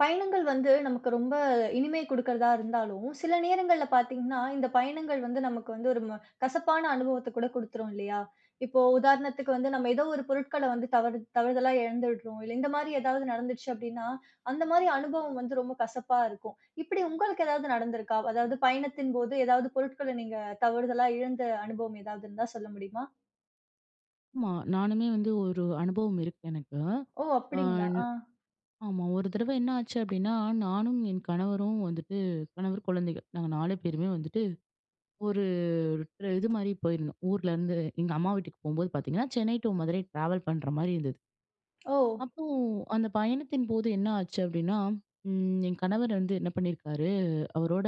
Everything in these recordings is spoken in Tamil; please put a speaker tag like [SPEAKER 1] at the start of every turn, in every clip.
[SPEAKER 1] பயணங்கள் வந்து நமக்கு ரொம்ப இனிமை குடுக்கிறதா இருந்தாலும், சில நேரங்கள்ல பார்த்தீங்கன்னா, இந்த பயணங்கள் வந்து நமக்கு வந்து ஒரு கசப்பான அனுபவத்த கூட குடுத்துரும் இல்லையா? இப்போ உதாரணத்துக்கு வந்து நம்ம ஏதோ ஒரு பொருட்கள வந்து தவறுதலா இழந்துடுறோம். இல்ல இந்த மாரி ஏதாவது நடந்துடுச்சு அப்டின்னா, அந்த மாரி அனுபவம் வந்து ரொம்ப கசப்பா இருக்கும். இப்டி உங்களுக்கு ஏதாவது நடந்திருக்கா? அதாவது பயணத்தின் போது ஏதாவது பொருட்கள நீங்க தவறுதலா இழந்த அனுபவம் ஏதாவது இருந்தா சொல்ல முடியுமா?
[SPEAKER 2] ஆமா. நானுமே வந்து ஒரு அனுபவம் இருக்கு எனக்கு.
[SPEAKER 1] ஓ!
[SPEAKER 2] அ
[SPEAKER 1] அப்டிங்களா? ஆ.
[SPEAKER 2] ஆமா. ஒரு தடவ என்ன ஆச்சு அப்டின்னா, நானும் என் கணவரும் வந்துட்டு கணவர், குழந்தைகள் நாங்க 4 பேருமே வந்துட்டு ஒரு இது மாரி போயிருந்தோம். ஊர்லருந்து எங்க அம்மா வீட்டுக்கு போம்போது பார்த்தீங்கன்னா, சென்னை டூ மதுரை டிராவல் பண்ற மாரி இருந்தது.
[SPEAKER 1] ஓ!
[SPEAKER 2] அப்போ அந்த பயணத்தின் போது என்ன ஆச்சு அப்டின்னா, என் கணவர் வந்து என்ன பண்ணியிருக்காரு, அவரோட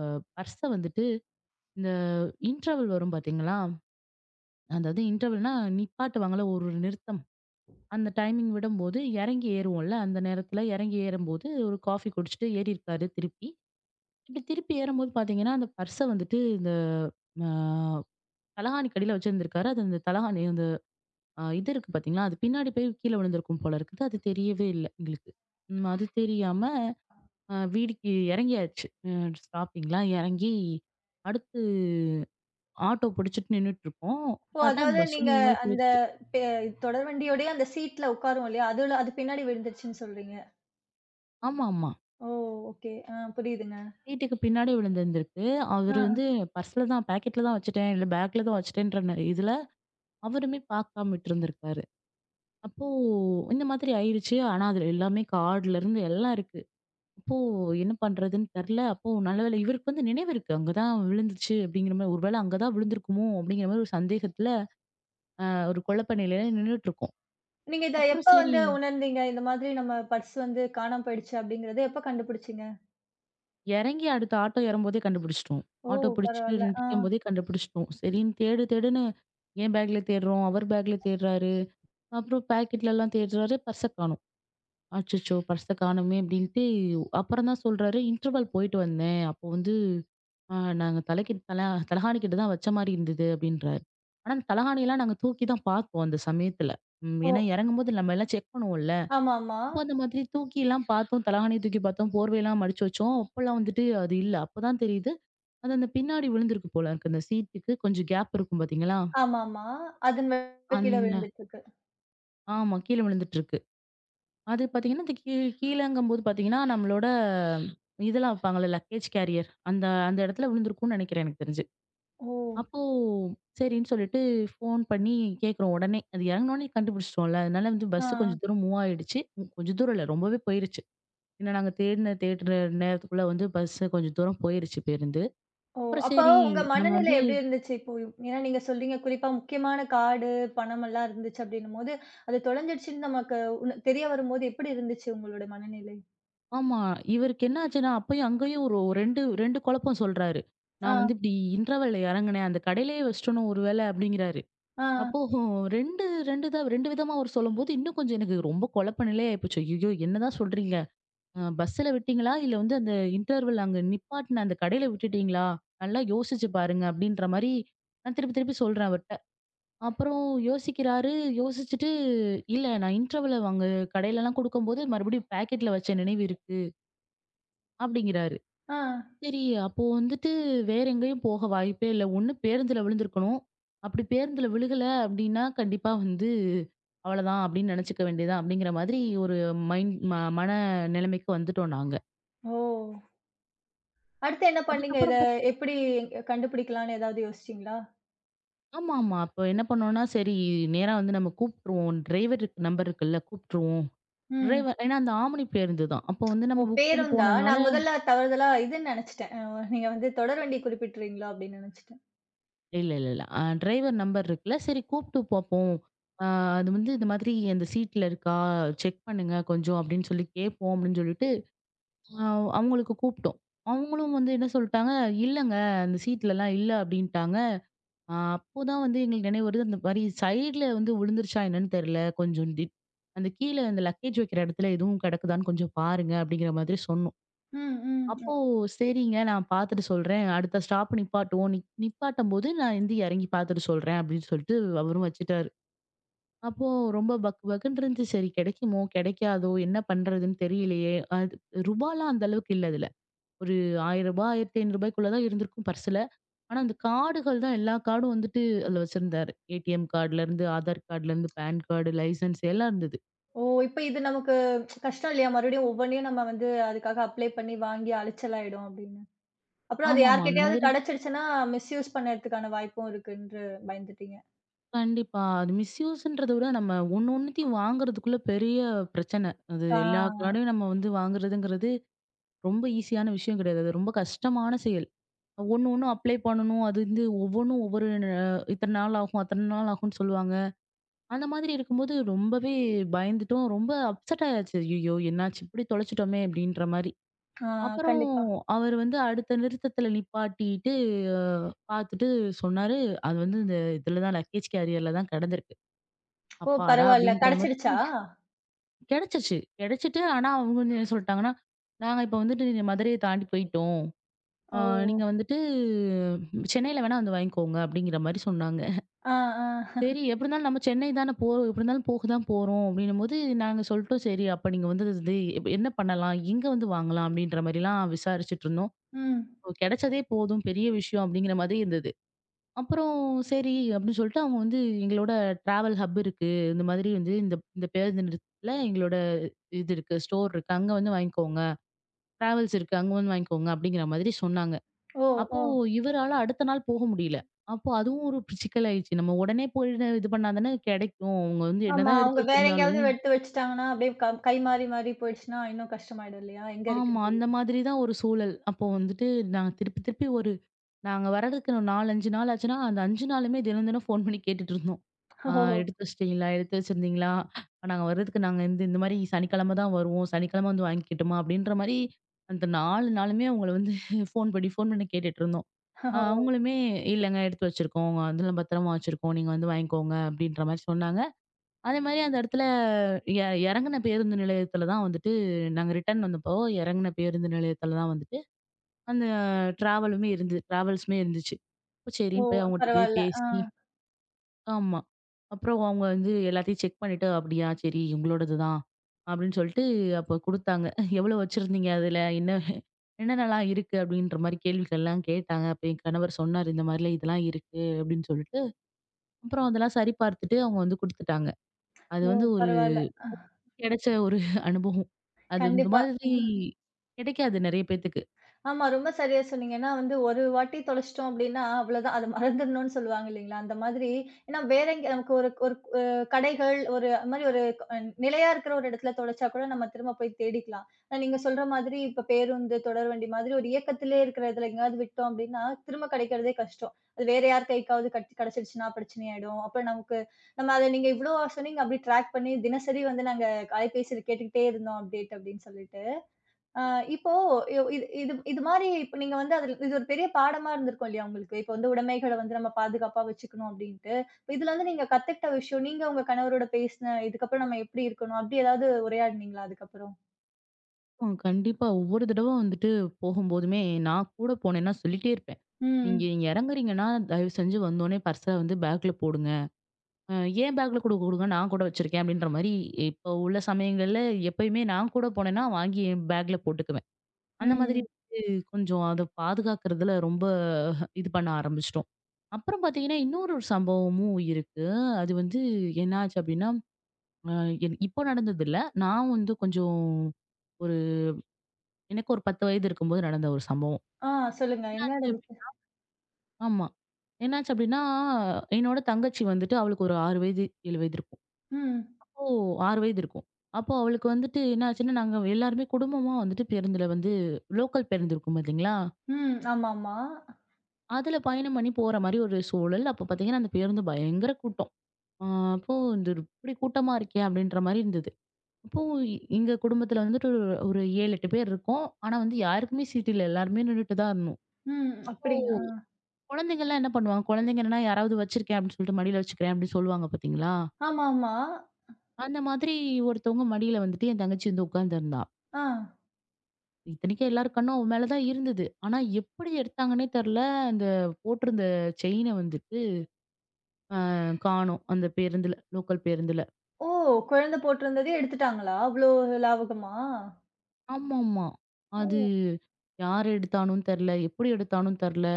[SPEAKER 2] அ பர்ஸ வந்துட்டு இந்த இன்டர்வல் வரும் பார்த்தீங்களா? அதாவது இன்டர்வல்னா நிப்பாட்டுவாங்கல்ல ஒரு நிறுத்தம். அந்த டைமிங் விடும்போது இறங்கி ஏறுவோம்ல. அந்த நேரத்துல இறங்கி ஏறும்போது ஒரு காஃபி குடிச்சுட்டு ஏறியிருக்காரு திருப்பி. இப்டி திருப்பி ஏறும்போது பார்த்தீங்கன்னா, அந்த பர்ஸ வந்துட்டு இந்த அ தலகாணிக்கு அடியில வச்சிருந்திருக்காரு. அது அந்த தலகாணி அந்த அ இது இருக்கு பார்த்தீங்களா, அது பின்னாடி போய் கீழ விழுந்திருக்கும் போல இருக்குது. அது தெரியவே இல்ல எங்களுக்கு. அது தெரியாம வீடுக்கு இறங்கியாச்சு. ஸ்டாப்பிங்லாம் இறங்கி அடுத்து ஆட்டோ புடிச்சுட்டு நின்னுட்டுருக்கோம்.
[SPEAKER 1] ஓ!
[SPEAKER 2] பார்த்தா அந்த
[SPEAKER 1] அதாவது
[SPEAKER 2] பஸ்ஸு
[SPEAKER 1] நீங்க
[SPEAKER 2] மூவ் ஆயி
[SPEAKER 1] அந்த
[SPEAKER 2] போயிருச்சு.
[SPEAKER 1] பெ தொடர்வண்டியோடயே அந்த சீட்ல உட்காருவோம் இல்லையா? அதுல அது பின்னாடி விழுந்துருச்சுன்னு சொல்றீங்க.
[SPEAKER 2] ஆமாமா.
[SPEAKER 1] ஓ! ஓகே. ஆ புரியுதுங்க.
[SPEAKER 2] வீட்டுக்கு பின்னாடி விழுந்திருந்திருக்கு.
[SPEAKER 1] ஆ.
[SPEAKER 2] அவரு வந்து பர்ஸ்ல தான் பாக்கெட்ல தான் வச்சுட்டேன், இல்ல பேக்ல தான் வச்சுட்டேன்ற இதுல அவருமே பாக்காம விட்டுருந்திருக்காரு. அப்போ இந்த மாதிரி ஆயிருச்சு. ஆனா அதுல எல்லாமே கார்ட்ல இருந்து எல்லாம் இருக்கு. அப்போ என்ன பண்றதுன்னு தெரியல. அப்போ நல்ல வேளை இவருக்கு வந்து நினைவு இருக்கு. அங்க தான் விழுந்துச்சு அப்படிங்கிற மாரி ஒருவேளை அங்க தான் விழுந்திருக்குமோ அப்படிங்கிற மாரி ஒரு சந்தேகத்துல ஒரு குழப்ப நிலையில நின்னுட்டுருக்கோம்.
[SPEAKER 1] நீங்க இத
[SPEAKER 2] அப்புறம்
[SPEAKER 1] எப்ப
[SPEAKER 2] சரி
[SPEAKER 1] வந்து உணர்ந்தீங்க? இந்த மாதிரி நம்ம பர்ஸ் வந்து காணாம போயிடுச்சு அப்படிங்கிறத எப்ப கண்டுபிடிச்சீங்க?
[SPEAKER 2] இறங்கி அடுத்த ஆட்டோ ஏறும்போதே கண்டுபிடிச்சுட்டோம்.
[SPEAKER 1] ஓ!
[SPEAKER 2] ஆட்டோ பிடிச்சுட்டு
[SPEAKER 1] பரவால்ல. ஆ.
[SPEAKER 2] நிக்கும்போதே கண்டுபிடிச்சுட்டோம். சரின்னு தேடு தேடுன்னு என் பேக்ல தேடுறோம், அவர் பேக்ல தேடுறாரு. அப்புறம் பாக்கெட்லலாம் தேடுறாரு. பர்ஸ காணோம். அச்சச்சோ! பர்ஸ காணோமே! அப்டின்ட்டு அப்புறம் தான் சொல்றாரு, இன்டர்வல் போயிட்டு வந்தேன். அப்போ வந்து நாங்க தலைக்கு தல தலகாணி கிட்ட தான் வச்ச மாரி இருந்தது அப்டின்றாரு. ஆனா அந்த தலகாணியெல்லாம் நாங்க தூக்கி தான் பார்த்தோம் அந்த சமயத்துல. ம்.
[SPEAKER 1] ஓ!
[SPEAKER 2] ஏன்னா இறங்கும்போது நம்ம எல்லாம் செக் பண்ணுவோம்ல.
[SPEAKER 1] ஆமாமா.
[SPEAKER 2] அப்போ அந்த மாதிரி தூக்கிலாம் பார்த்தோம். தலகாணிய தூக்கி பார்த்தோம். போர்வையெல்லாம் மடிச்சு வச்சோம். அப்போலாம் வந்துட்டு அது இல்ல. அப்பதான் தெரியுது. அது அந்த பின்னாடி விழுந்திருக்கு போல இருக்கு. அந்த சீட்டுக்கு கொஞ்சம் கேப் இருக்கும் பார்த்தீங்களா?
[SPEAKER 1] ஆமாமா. அதன் மேல கீழ
[SPEAKER 2] அந்த
[SPEAKER 1] விழுந்துட்டுருக்கு.
[SPEAKER 2] ஆமா. கீழ விழுந்துட்டுருக்கு. அது பார்த்தீங்கன்னா, இந்த கீ கீழங்கும்போது பார்த்தீங்கன்னா, நம்மளோட இதெல்லாம் வைப்பாங்கல்ல லக்கேஜ் கேரியர். அந்த அந்த இடத்துல விழுந்திருக்கும்னு நினைக்கிறேன் எனக்கு தெரிஞ்சு.
[SPEAKER 1] ஓ!
[SPEAKER 2] அப்போ சரின்னு சொல்லிட்டு ஃபோன் பண்ணி கேட்குறோம் உடனே. அது இறங்குனோனே கண்டுபிடிச்சிட்டோம்ல. அதனால வந்து
[SPEAKER 1] ஆ.
[SPEAKER 2] பஸ் கொஞ்சம் தூரம் மூவ் ஆயிடுச்சு. கொஞ்சம் தூரம் இல்ல ரொம்பவே போயிருச்சு. ஏன்னா நாங்க தேடின தேடுற நேரத்துக்குள்ள வந்து பஸ் கொஞ்சம் தூரம் போயிருச்சு பேருந்து.
[SPEAKER 1] ஓ!
[SPEAKER 2] அப்புறம்
[SPEAKER 1] அப்போ
[SPEAKER 2] சரி
[SPEAKER 1] உங்க
[SPEAKER 2] நம்ம
[SPEAKER 1] மனநிலை
[SPEAKER 2] வந்து
[SPEAKER 1] எப்படி இருந்துச்சு? இப்போ ஏன்னா நீங்க சொல்றீங்க, குறிப்பா முக்கியமான கார்டு, பணமெல்லாம் இருந்துச்சு அப்படின்னும்போது, அது தொலைஞ்சிடுச்சுன்னு நமக்கு தெரிய வரும்போது எப்படி இருந்துச்சு உங்களோட மனநிலை?
[SPEAKER 2] ஆமா. இவருக்கு என்ன ஆச்சுன்னா, அப்பயும் அங்கேயும் ஒரு 2 2 குழப்பம் சொல்றாரு.
[SPEAKER 1] ஆ,
[SPEAKER 2] நான் வந்து இப்படி இன்டர்வல்ல இறங்குனேன். அந்த கடையிலேயே வச்சுட்டோனோ ஒரு வேளை அப்படிங்கிறாரு.
[SPEAKER 1] ஆ,
[SPEAKER 2] அப்போ 2 2 தான் 2 விதமா அவரு சொல்லும்போது, இன்னும் கொஞ்சம் எனக்கு ரொம்ப குழப்ப நிலை ஆயிப்போச்சு. ஐய்யய்யோ! என்னதான் சொல்றீங்க? பஸ்ஸுல விட்டீங்களா? இல்ல வந்து அந்த இன்டர்வல் அங்க நிப்பாட்ன அந்த கடையில விட்டுட்டீங்களா? நல்லா யோசிச்சு பாருங்க அப்டின்ற மாரி, நான் திருப்பி திருப்பி சொல்றேன் அவர்ட்ட. அப்புறம் யோசிக்கிறாரு. யோசிச்சுட்டு, இல்ல நான் இன்டர்வல் அங்க கடையிலலாம் குடுக்கும்போது மறுபடியும் பாக்கெட்ல வச்ச நினைவு இருக்கு, அப்டிங்கிறாரு.
[SPEAKER 1] ஆ.
[SPEAKER 2] சரி, அப்போ வந்துட்டு வேற எங்கேயும் போக வாய்ப்பே இல்ல. ஒண்ணு பேருந்துல விழுந்திருக்கணும். அப்படி பேருந்துல விழுகல அப்படின்னா, கண்டிப்பா வந்து அவ்வளதான் அப்படின்னு நெனச்சுக்க வேண்டியதுதான் அப்படிங்கிற மாதிரி ஒரு மைண்ட் மன நிலைமைக்கு வந்துட்டோம் நாங்க.
[SPEAKER 1] ஓ! அடுத்து என்ன பண்ணீங்க? இத
[SPEAKER 2] அதுக்கப்புறம்
[SPEAKER 1] எப்படி கண்டுபிடிக்கலாம்ன்னு ஏதாவது யோசிச்சீங்களா?
[SPEAKER 2] ஆமாமா. அப்ப என்ன பண்ணோம்னா, சரி நேரா வந்து நம்ம கூப்ட்டுருவோம். டிரைவர் நம்பர் இருக்குல்ல கூப்ட்டுருவோம்.
[SPEAKER 1] ம்.
[SPEAKER 2] டிரைவர் ஏன்னா அந்த ஆம்னி பேருந்து தான். அப்போ வந்து
[SPEAKER 1] ஓ!
[SPEAKER 2] நம்ம புக் பண்ணி
[SPEAKER 1] பேருந்தா?
[SPEAKER 2] போனனால
[SPEAKER 1] நான் முதல்ல தவறுதலா இதுன்னு நெனச்சுட்டேன். நீங்க வந்து தொடர்வண்டி குறிப்பிட்டுறீங்களோ அப்படின்னு நெனச்சுட்டேன்.
[SPEAKER 2] இல்ல, இல்ல, இல்ல. டிரைவர் நம்பர் இருக்குல்ல, சரி கூப்ட்டு பாப்போம். அ அது வந்து இந்த மாதிரி அந்த சீட்ல இருக்கா? செக் பண்ணுங்க கொஞ்சம் அப்படின்னு சொல்லி கேட்போம் அப்படின்னு சொல்லிட்டு, அ அவங்களுக்கு கூப்ட்டோம். அவங்களும் வந்து என்ன சொல்ட்டாங்க, "இல்லங்க, அந்த சீட்லலாம் இல்ல" அப்படின்ட்டாங்க. அப்போதான் வந்து எங்களுக்கு நினைவு வருது, அந்த மாரி சைடுல வந்து விழுந்துருச்சா என்னன்னு தெரியல. கொஞ்சம் அந்த கீழ அந்த லக்கேஜ் வைக்கிற இடத்துல எதுவும் கிடக்குதான்னு கொஞ்சம் பாருங்க அப்படிங்கிற மாதிரி சொன்னோம்.
[SPEAKER 1] ம்,
[SPEAKER 2] அப்போ
[SPEAKER 1] ம்.
[SPEAKER 2] சரிங்க. நான் பார்த்துட்டு சொல்றேன். அடுத்த ஸ்டாப் நிப்பாட்டுவோம். நிப்பாட்டும்போது நான் வந்து இறங்கி பார்த்துட்டு சொல்றேன் அப்படின்னு சொல்லிட்டு அவரும் வச்சுட்டாரு. அப்போ ரொம்ப பக்கு பக்குன்னு இருந்துச்சு. சரி கிடைக்குமோ? கிடைக்காதோ? என்ன பண்றதுன்னு தெரியலையே! அது ரூபாலாம் அந்த அளவுக்கு இல்ல அதுல. ஒரு ரூ. 1000 ரூ. 1500 தான் இருந்திருக்கும் பர்ஸ்ல. ஆனா அந்த கார்டுகள் தான் எல்லா கார்டும் வந்துட்டு அதுல வச்சிருந்தாரு. ATM கார்டுலருந்து, Aadhaar கார்டுலருந்து, PAN card, licence எல்லாம் இருந்தது.
[SPEAKER 1] ஓ! இப்ப இது நமக்கு கஷ்டம் இல்லையா? மறுபடியும் ஒவ்வொன்னையும் நம்ம வந்து அதுக்காக அப்ளை பண்ணி வாங்கி அலைச்சல் ஆயிடும் அப்படின்னு. அப்புறம் அது
[SPEAKER 2] ஆமாமா. அந்த
[SPEAKER 1] யார்கிட்டயாவது
[SPEAKER 2] மாதிரி
[SPEAKER 1] கிடைச்சிருச்சுன்னா, மிஸ்யூஸ் பண்ணதுக்கான வாய்ப்பும் இருக்குன்று பயந்துட்டீங்க.
[SPEAKER 2] கண்டிப்பா. அது மிஸ்யூஸ்ன்றத விட நம்ம ஒண்ணு ஒண்ணுத்தையும் வாங்குறதுக்குள்ள பெரிய பிரச்சனை. அது
[SPEAKER 1] ஆ,
[SPEAKER 2] எல்லா கார்டையும் நம்ம வந்து வாங்குறதுங்கிறது ரொம்ப ஈஸியான விஷயம் கிடையாது. அது ரொம்ப கஷ்டமான செயல். ஒண்ணு ஒண்ணு அப்ளை பண்ணணும். அது வந்து ஒவ்வொன்னும் ஒவ்வொரு அ இத்தன நாள் ஆகும், அத்தன நாள் ஆகும்ன்னு சொல்லுவாங்க. அந்த மாதிரி இருக்கும்போது ரொம்பவே பயந்துட்டோம். ரொம்ப அப்செட் ஆயாச்சு. "ஐய்யய்யோ! என்னாச்சு இப்படி தொலைச்சுட்டோமே!" அப்படின்ற மாரி.
[SPEAKER 1] ஆ
[SPEAKER 2] அப்புறம்
[SPEAKER 1] கண்டிப்பா.
[SPEAKER 2] அவர் வந்து அடுத்த நிறுத்தத்துல நிப்பாட்டிட்டு, அ பார்த்துட்டு சொன்னாரு, "அது வந்து இதுல தான் லக்கேஜ் கேரியர்ல தான் கிடந்திருக்கு."
[SPEAKER 1] ஓ!
[SPEAKER 2] அப்பாடா!
[SPEAKER 1] பரவால்ல.
[SPEAKER 2] அப்படின்ற
[SPEAKER 1] கிடைச்சிடுச்சா?
[SPEAKER 2] மாதிரி கிடைச்சிச்சு. கிடைச்சிட்டு ஆனா அவங்க வந்து என்ன சொல்ட்டாங்கன்னா, "நாங்க இப்ப வந்துட்டு இந்த மதுரைய தாண்டி போயிட்டோம். ஆ
[SPEAKER 1] ஓ!
[SPEAKER 2] நீங்க வந்துட்டு சென்னையில வேணா வந்து வாங்கிக்கோங்க." அப்படிங்கிற மாரி சொன்னாங்க.
[SPEAKER 1] ஆ, ஆ.
[SPEAKER 2] சரி எப்படி இருந்தாலும் நம்ம சென்னை தானே போறோம். எப்படி இருந்தாலும் போக தான் போறோம் அப்படின்னும்போது நாங்க சொல்லிட்டோம், "சரி அப்ப நீங்க வந்து இது என்ன பண்ணலாம்? எங்க வந்து வாங்கலாம்?" அப்படின்ற மாரிலாம் விசாரிச்சுட்டு இருந்தோம்.
[SPEAKER 1] ம்.
[SPEAKER 2] ஓ, கிடைச்சதே போதும். பெரிய விஷயம் அப்படிங்கிற மாதிரி இருந்தது. அப்புறம் சரி அப்படின்னு சொல்லிட்டு அவங்க வந்து எங்களோட டிராவல் ஹப் இருக்கு. இந்த மாதிரி வந்து இந்த இந்த பேருந்து நிறுத்தத்துல எங்களோட இது இருக்கு. ஸ்டோர் இருக்கு. அங்க வந்து வாங்கிக்கோங்க. டிராவல்ஸ் இருக்கு. அங்க வந்து வாங்கிக்கோங்க அப்படிங்கிற மாதிரி சொன்னாங்க.
[SPEAKER 1] ஓ!
[SPEAKER 2] அப்போ
[SPEAKER 1] ஓ!
[SPEAKER 2] இவரால அடுத்த நாள் போக முடியல. அப்போ அதுவும் ஒரு சிக்கல் ஆயிடுச்சு. நம்ம உடனே போய் இது பண்ணா தானே கிடைக்கும். அவங்க வந்து
[SPEAKER 1] ஆமா.
[SPEAKER 2] என்னதான்
[SPEAKER 1] அவங்க
[SPEAKER 2] எடுத்து
[SPEAKER 1] வேற எங்கேயாவது
[SPEAKER 2] வச்சிருந்தாலும்
[SPEAKER 1] எடுத்து வச்சுட்டாங்கன்னா, அப்படியே கை மாறி மாறி போயிடுச்சுன்னா, இன்னும் கஷ்டமாயிடும் இல்லையா? எங்க
[SPEAKER 2] ஆமா,
[SPEAKER 1] இருக்குன்னு
[SPEAKER 2] அந்த
[SPEAKER 1] தெரியும்.
[SPEAKER 2] மாதிரி தான் ஒரு சூழல். அப்போ வந்துட்டு நான் திருப்பி திருப்பி நாங்க வர்றதுக்கு 4, 5 நாள் ஆச்சுன்னா, அந்த 5 நாளுமே தினம் தினம் ஃபோன் பண்ணி கேட்டுட்டு இருந்தோம். ஆ
[SPEAKER 1] ஓ!
[SPEAKER 2] எடுத்து வச்சுட்டீங்களா? எடுத்து வச்சிருந்தீங்களா? நாங்க வர்றதுக்கு நாங்க இந்த இந்த மாரி சனிக்கிழமை தான் வருவோம். சனிக்கிழமை வந்து வாங்கிக்கிட்டோமா? அப்படின்ற மாரி அந்த 4 நாளுமே அவங்கள வந்து ஃபோன் பண்ணி ஃபோன் பண்ணி கேட்டுட்டு இருந்தோம்.
[SPEAKER 1] ஓ!
[SPEAKER 2] அவங்களுமே இல்லங்க எடுத்து வச்சிருக்கோம். அதெல்லாம் பத்திரமா வச்சிருக்கோம். நீங்க வந்து வாங்கிக்கோங்க அப்படின்ற மாரி சொன்னாங்க. அதே மாரி அந்த இடத்துல இறங்குன பேருந்து நிலையத்துல தான் வந்துட்டு நாங்க ரிட்டர்ன் வந்தப்போ இறங்குன பேருந்து நிலையத்துல தான் வந்துட்டு அந்த ட்ராவலுமே இருந்தது. ட்ராவல்ஸுமே இருந்துச்சு. அப்ப
[SPEAKER 1] ஓ!
[SPEAKER 2] சரின்னு போய் அவங்கட்ட போய்
[SPEAKER 1] பரவால்ல. ஆ.
[SPEAKER 2] பேசி ஆமா. அப்புறம் அவங்க வந்து எல்லாத்தையும் செக் பண்ணிட்டு, "அப்படியா! சரி உங்களோடது தான்." அப்படின்னு சொல்லிட்டு அப்ப குடுத்தாங்க. "எவ்வளோ வச்சிருந்தீங்க அதுல? என்ன என்னென்னலாம் இருக்கு?" அப்படின்ற மாரி கேள்விகள்லாம் கேட்டாங்க. அப்ப என் கணவர் சொன்னாரு, "இந்த மாரிலாம் இதெல்லாம் இருக்கு." அப்படின்னு சொல்லிட்டு, அப்புறம் அதெல்லாம் சரி பார்த்துட்டு அவங்க வந்து குடுத்துட்டாங்க. அது
[SPEAKER 1] ஓ!
[SPEAKER 2] வந்து
[SPEAKER 1] பரவால்ல. அ.
[SPEAKER 2] கிடைச்ச ஒரு அனுபவம். அது இந்த
[SPEAKER 1] கண்டிப்பா.
[SPEAKER 2] மாதிரி கிடைக்காது நெறைய பேத்துக்கு.
[SPEAKER 1] ஆமா. ரொம்ப சரியா சொன்னீங்க. ஏன்னா வந்து ஒரு வாட்டி தொலைச்சிட்டோம் அப்டின்னா, அவ்வளோதான். அது மறந்துடணும்னு சொல்லுவாங்க இல்லைங்களா? அந்த மாதிரி ஏன்னா வேற எங்க நமக்கு ஒரு ஒரு கடைகள், ஒரு அது மாரி ஒரு அ நிலையா இருக்கிற ஒரு இடத்துல தொலைச்சா கூட நம்ம திரும்ப போய் தேடிக்கலாம். ஆனா நீங்க சொல்ற மாதிரி இப்ப பேருந்து, தொடர்வண்டி மாதிரி ஒரு இயக்கத்திலே இருக்கிற இதுல எங்கேயாவது விட்டோம் அப்டின்னா, திரும்ப கிடைக்கிறதே கஷ்டம். அது வேற யார் கைக்காவது கிடைச்சிருச்சுன்னா பிரச்சனை ஆயிடும். அப்புறம் நமக்கு நம்ம அத நீங்க இவ்ளோ சொன்னீங்க அப்டி ட்ராக் பண்ணி தினசரி வந்து நாங்க அலைபேசியில கேட்டுக்கிட்டே இருந்தோம் அப்டேட் அப்டின்னு சொல்லிட்டு. அ இப்போ இது இது இது மாரி இப்ப நீங்க வந்து அதுல இது ஒரு பெரிய பாடமா இருந்திருக்கும் இல்லையா உங்களுக்கு? இப்ப வந்து உடைமைகள வந்து நம்ம பாதுகாப்பா வச்சுக்கணும் அப்டின்ட்டு. இதுல வந்து நீங்க கத்துக்கிட்ட விஷயம், நீங்க உங்க கணவரோட பேசின இதுக்கப்புறம் நம்ம எப்படி இருக்கணும்? அப்படி ஏதாவது உரையாடுனீங்களா அதுக்கப்புறம்?
[SPEAKER 2] ஆ, கண்டிப்பா. ஒவ்வொரு தடவ வந்துட்டு போகும்போதுமே, நான் கூட போனேன்னா சொல்லிட்டே இருப்பேன். "நீங்க
[SPEAKER 1] ம்,
[SPEAKER 2] இங்க இறங்குறீங்கன்னா, தயவு செஞ்சு வந்தோனே பர்ஸ வந்து பேக்ல போடுங்க. அ ஏன் பேக்ல கூட கொடுங்க, நான் கூட வச்சிருக்கேன்." அப்படின்ற மாரி இப்போ உள்ள சமயங்கள்ல எப்பயுமே நான் கூட போனேன்னா, வாங்கி என் பேக்ல போட்டுக்குவேன். அந்த மாதிரி
[SPEAKER 1] ம்.
[SPEAKER 2] வந்து கொஞ்சம் அத பாதுகாக்கிறதுல ரொம்ப இது பண்ண ஆரம்பிச்சுட்டோம். அப்புறம் பார்த்தீங்கன்னா, இன்னொரு சம்பவமும் இருக்கு. அது வந்து என்ன ஆச்சு அப்படின்னா, அ என் இப்போ நடந்தது இல்ல. நான் வந்து கொஞ்சம் எனக்கு ஒரு 10 வயது இருக்கும்போது நடந்த ஒரு சம்பவம்.
[SPEAKER 1] ஆ சொல்லுங்க. என்ன
[SPEAKER 2] என்னாச்சு
[SPEAKER 1] நடந்துச்சு?
[SPEAKER 2] ஆமா. என்னாச்சு அப்டின்னா, என்னோட தங்கச்சி வந்துட்டு அவளுக்கு ஒரு 6 வயது, 7 வயது இருக்கும்.
[SPEAKER 1] ம்,
[SPEAKER 2] அப்போ 6 வயது இருக்கும். அப்போ அவளுக்கு வந்துட்டு என்ன ஆச்சுன்னா, நாங்க எல்லாருமே குடும்பமா வந்துட்டு பேருந்துல வந்து லோக்கல் பேருந்து இருக்கும் பாத்தீங்களா?
[SPEAKER 1] ம். ஆமாமா.
[SPEAKER 2] அதுல பயணம் பண்ணி போற மாரி ஒரு சூழல். அப்போ பாத்தீங்கன்னா, அந்த பேருந்து பயங்கர கூட்டம். ஆ அப்போ இப்டி கூட்டமா இருக்கே! அப்டின்ற மாரி இருந்தது. அப்போ எங்க குடும்பத்துல வந்துட்டு ஒரு ஒரு 7, 8 பேர் இருக்கோம். ஆனா வந்து யாருக்குமே சீட் இல்ல. எல்லாருமே நின்னுட்டு தான் இருந்தோம்.
[SPEAKER 1] ம். அப்படிங்க. ஆ.
[SPEAKER 2] குழந்தைங்கலாம் என்ன பண்ணுவாங்க? குழந்தைங்க என்னன்னா யாராவது வச்சிருக்கேன் அப்படின்னு சொல்லிட்டு மடியில வச்சுக்கிறேன் அப்படின்னு சொல்லுவாங்க பார்த்தீங்களா?
[SPEAKER 1] ஆமாமா.
[SPEAKER 2] அந்த மாதிரி ஒருத்தவங்க மடியில வந்துட்டு என் தங்கச்சி வந்து உட்கார்ந்திருந்தா.
[SPEAKER 1] ஆ.
[SPEAKER 2] இத்தனைக்கும் எல்லார் கண்ணும் அவ மேல தான் இருந்தது. ஆனா எப்படி எடுத்தாங்கன்னே தெரியல. அந்த போட்டிருந்த செயின வந்துட்டு காணோம். அந்த பேருந்துல, லோக்கல் பேருந்துல.
[SPEAKER 1] ஓ! குழந்தை போட்டிருந்ததே எடுத்துட்டாங்களா? அவ்ளோ லாவகமா?
[SPEAKER 2] ஆமாமா. அது
[SPEAKER 1] ஓ!
[SPEAKER 2] யார் எடுத்தானும் தெரியல. எப்படி எடுத்தானும் தெரியல.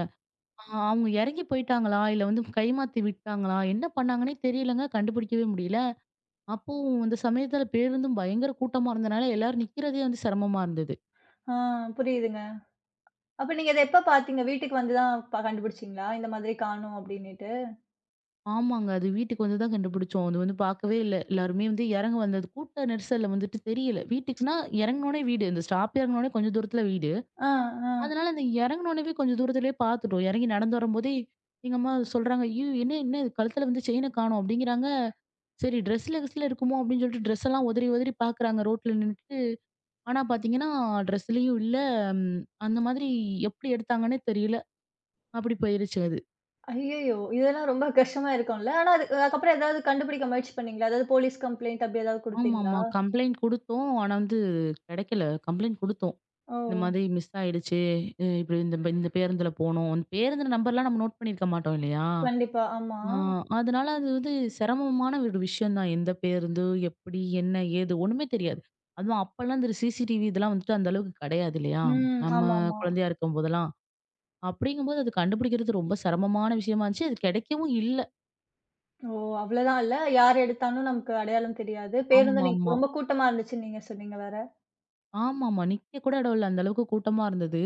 [SPEAKER 2] அ அவங்க இறங்கி போயிட்டாங்களா? இல்ல வந்து கைமாத்தி விட்டாங்களா? என்ன பண்ணாங்கன்னே தெரியலங்க. கண்டுபிடிக்கவே முடியல. அப்போ அந்த சமயத்துல பேருந்தும் பயங்கர கூட்டமா இருந்தனால எல்லாரும் நிக்கிறதே வந்து சிரமமா இருந்தது.
[SPEAKER 1] ஆ புரியுதுங்க. அப்ப நீங்க அத எப்ப பார்த்தீங்க? வீட்டுக்கு வந்து தான் கண்டுபிடிச்சீங்களா? இந்த மாதிரி காணோம் அப்டின்னுட்டு.
[SPEAKER 2] ஆமாங்க. அது வீட்டுக்கு வந்து தான் கண்டுபிடிச்சோம். அது வந்து பார்க்கவே இல்ல. எல்லாருமே வந்து இறங்க வந்தது கூட்ட நெரிசல்ல வந்துட்டு தெரியல. வீட்டுக்குன்னா இறங்குனோனே வீடு. இந்த ஸ்டாப் இறங்குனோனே கொஞ்சம் தூரத்துல வீடு.
[SPEAKER 1] ஆ, ஆ.
[SPEAKER 2] அதனால அந்த இறங்குனோனவே கொஞ்சம் தூரத்திலேயே பார்த்துட்டோம். இறங்கி நடந்து வரும்போதே எங்க அம்மா சொல்றாங்க, "ஐயோ! என்ன என்ன இது கழுத்துல வந்து செயின காணோம்" அப்படிங்கிறாங்க. சரி ட்ரெஸ்ல கிஸ்ல இருக்குமோ அப்படின்னு சொல்லிட்டு ட்ரெஸ் எல்லாம் உதறி உதறி பார்க்குறாங்க ரோட்ல நின்னுட்டு. ஆனா பார்த்தீங்கன்னா ட்ரெஸ்லயும் இல்ல. ம் அந்த மாதிரி எப்படி எடுத்தாங்கன்னே தெரியல. அப்படி போயிருச்சு அது.
[SPEAKER 1] ஐயய்யோ! இதெல்லாம் ரொம்ப கஷ்டமா இருக்கும்ல. ஆனா அது அதுக்கப்புறம் ஏதாவது கண்டுபிடிக்க முயற்சி பண்ணீங்களா? அதாவது போலீஸ் கம்ப்ளைண்ட் அப்டி ஏதாவது குடுத்தீங்களா?
[SPEAKER 2] ஆமாமா. கம்ப்ளைண்ட் குடுத்தோம். ஆனா வந்து கிடைக்கல. கம்ப்ளைண்ட் குடுத்தோம்.
[SPEAKER 1] ஓ!
[SPEAKER 2] இந்த மாதிரி மிஸ் ஆயிடுச்சு. இப்படி இந்த இந்த பேருந்துல போனோம். அந்த பேருந்துல நம்பர்லாம் நம்ம நோட் பண்ணியிருக்க மாட்டோம் இல்லையா?
[SPEAKER 1] கண்டிப்பா. ஆமா.
[SPEAKER 2] ஆ அதனால அது வந்து சிரமமான ஒரு விஷயம் தான். எந்த பேருந்து, எப்படி, என்ன, ஏது ஒண்ணுமே தெரியாது. அதுவும் அப்பலாம் இந்த சிசிடிவி இதெல்லாம் வந்துட்டு அந்த அளவுக்கு கிடையாது இல்லையா?
[SPEAKER 1] ம்.
[SPEAKER 2] நம்ம
[SPEAKER 1] ஆமாமா.
[SPEAKER 2] குழந்தையா இருக்கும்போதெல்லாம். அப்படிங்கும்போது அது கண்டுபிடிக்கிறது ரொம்ப சிரமமான விஷயமா இருந்துச்சு. அது கிடைக்கவும் இல்ல.
[SPEAKER 1] ஓ! அவ்ளோதான் இல்ல. யார் எடுத்தான்னு நமக்கு அடையாளம் தெரியாது. பேருந்து நீங்க
[SPEAKER 2] ஆமாமா.
[SPEAKER 1] ரொம்ப கூட்டமா இருந்துச்சுன்னு நீங்க சொன்னீங்க வேற.
[SPEAKER 2] ஆமாமா. நிக்க கூட இடம் இல்ல. அந்த அளவுக்கு கூட்டமா இருந்தது.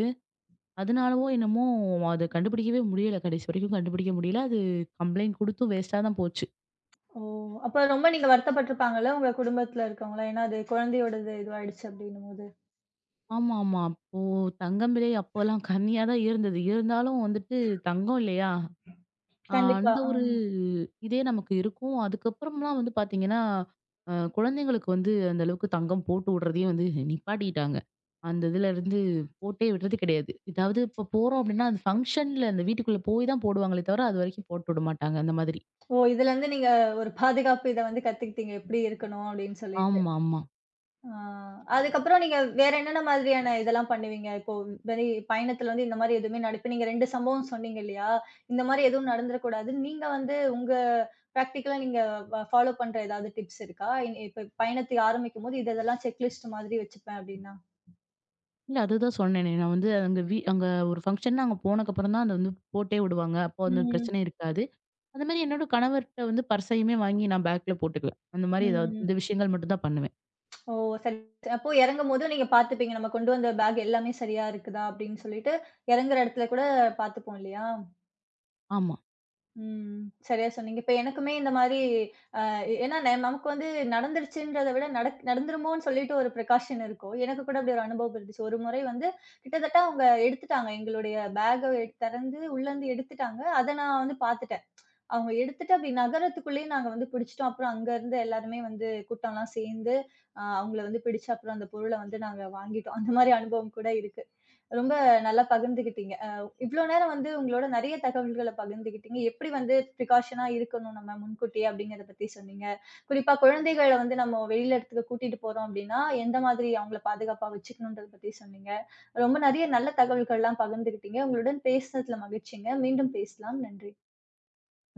[SPEAKER 2] அதனாலவோ என்னமோ அத கண்டுபிடிக்கவே முடியல. கடைசி வரைக்கும் கண்டுபிடிக்க முடியல. அது கம்ப்ளைண்ட் குடுத்தும் வேஸ்ட்டா தான் போச்சு.
[SPEAKER 1] ஓ! அப்ப ரொம்ப நீங்க வருத்தப்பட்டுருப்பாங்கல்ல உங்க குடும்பத்துல இருக்கவங்கலாம். ஏன்னா அது குழந்தையோடது இதுவாயிடுச்சு அப்டின்னும்போது.
[SPEAKER 2] ஆமா, ஆமா. அப்போ தங்கம் விலை அப்போலாம் கம்மியா தான் இருந்தது. இருந்தாலும் வந்துட்டு தங்கம் இல்லையா?
[SPEAKER 1] கண்டிப்பா.
[SPEAKER 2] அந்த ஒரு
[SPEAKER 1] ம்.
[SPEAKER 2] இதே நமக்கு இருக்கும். அதுக்கப்புறம்லாம் வந்து பார்த்தீங்கன்னா, குழந்தைங்களுக்கு வந்து அந்த அளவுக்கு தங்கம் போட்டு விடுறதையே வந்து நிப்பாட்டிட்டாங்க. அந்த இதுலருந்து போட்டே விடுறது கிடையாது. ஏதாவது இப்போ போறோம் அப்படின்னா, அந்த ஃபங்ஷன்ல அந்த வீட்டுக்குள்ள போய் தான் போடுவாங்களே தவிர, அதுவரைக்கும் போட்டு விட மாட்டாங்க. அந்த மாதிரி.
[SPEAKER 1] ஓ! இதுலருந்து நீங்க ஒரு பாதுகாப்பு இத வந்து கத்துக்கிட்டீங்க. எப்படி இருக்கணும் அப்படின்னு சொல்லிட்டு.
[SPEAKER 2] ஆமாமா.
[SPEAKER 1] ஆ அதுக்கப்புறம் நீங்க வேற என்னென்ன மாதிரியான இதெல்லாம் பண்ணுவீங்க? இப்போ வெளி பயணத்துல வந்து இந்த மாரி எதுவுமே இப்ப நீங்க 2 சம்பவம் சொன்னீங்க இல்லையா? இந்த மாரி எதுவும் நடந்துறக்கூடாதுன்னு நீங்க வந்து உங்க பிராக்டிகலா நீங்க ஃபாலோ பண்ற ஏதாவது டிப்ஸ் இருக்கா? இப்ப பயணத்தை ஆரம்பிக்கும்போது இது இதெல்லாம் செக்லிஸ்ட் மாதிரி வச்சுப்பேன் அப்படின்னா.
[SPEAKER 2] இல்ல அதுதான் சொன்னேனே. நான் வந்து அங்க அங்க ஒரு ஃபங்ஷன்னா அங்க போனதுக்கப்புறம் தான் அத வந்து போட்டே விடுவாங்க. அப்போ அந்த
[SPEAKER 1] ம்.
[SPEAKER 2] பிரச்சனை இருக்காது. அந்த மாரி என்னோட கணவர்ட்ட வந்து பர்ஸையுமே வாங்கி நான் பேக்ல போட்டுக்குவேன். அந்த மாரி ஏதாவது
[SPEAKER 1] ம்.
[SPEAKER 2] இந்த விஷயங்கள் மட்டும் தான் பண்ணுவேன்.
[SPEAKER 1] ஓ! சரி. அப்போ இறங்கும்போது நீங்க பார்த்துப்பீங்க. நம்ம கொண்டு வந்த பேக் எல்லாமே சரியா இருக்குதா அப்படின்னு சொல்லிட்டு, இறங்குற இடத்துல கூட பார்த்துப்போம் இல்லையா?
[SPEAKER 2] ஆமா.
[SPEAKER 1] ம். சரியா சொன்னீங்க. இப்ப எனக்குமே இந்த மாரி அ ஏன்னா நமக்கு வந்து நடந்துருச்சுன்றத விட நடந்துருமோன்னு சொல்லிட்டு ஒரு பிரிகாஷன் இருக்கும். எனக்கு கூட அப்படி ஒரு அனுபவம் இருந்துச்சு. ஒரு முறை வந்து கிட்டத்தட்ட அவங்க எடுத்துட்டாங்க. எங்களுடைய பேக்க திறந்து உள்ளேருந்து எடுத்துட்டாங்க. அத நான் வந்து பாத்துட்டேன். அவங்க எடுத்துட்டு அப்படி நகரத்துக்குள்ளேயே நாங்க வந்து பிடிச்சுட்டோம். அப்புறம் அங்க இருந்து எல்லாருமே வந்து கூட்டம்லாம் சேர்ந்து, அவங்கள வந்து பிடிச்சு அப்புறம் அந்த பொருள வந்து நாங்க வாங்கிட்டோம். அந்த மாரி அனுபவம் கூட இருக்கு. ரொம்ப நல்லா பகிர்ந்துக்கிட்டீங்க. இவ்ளோ நேரம் வந்து உங்களோட நெறைய தகவல்கள பகிர்ந்துக்கிட்டீங்க. எப்படி வந்து ப்ரிகாஷனா இருக்கணும் நம்ம முன்கூட்டியே அப்படிங்கிறத பத்தி சொன்னீங்க. குறிப்பா குழந்தைகள வந்து நம்ம வெளியில இடத்துக்கு கூட்டிட்டு போறோம் அப்படின்னா, எந்த மாதிரி அவங்கள பாதுகாப்பா வச்சுக்கணுன்றத பத்தி சொன்னீங்க. ரொம்ப நெறைய நல்ல தகவல்கள்லாம் பகிர்ந்துக்கிட்டீங்க. உங்களுடன் பேசுனதுல மகிழ்ச்சிங்க. மீண்டும் பேசலாம். நன்றி.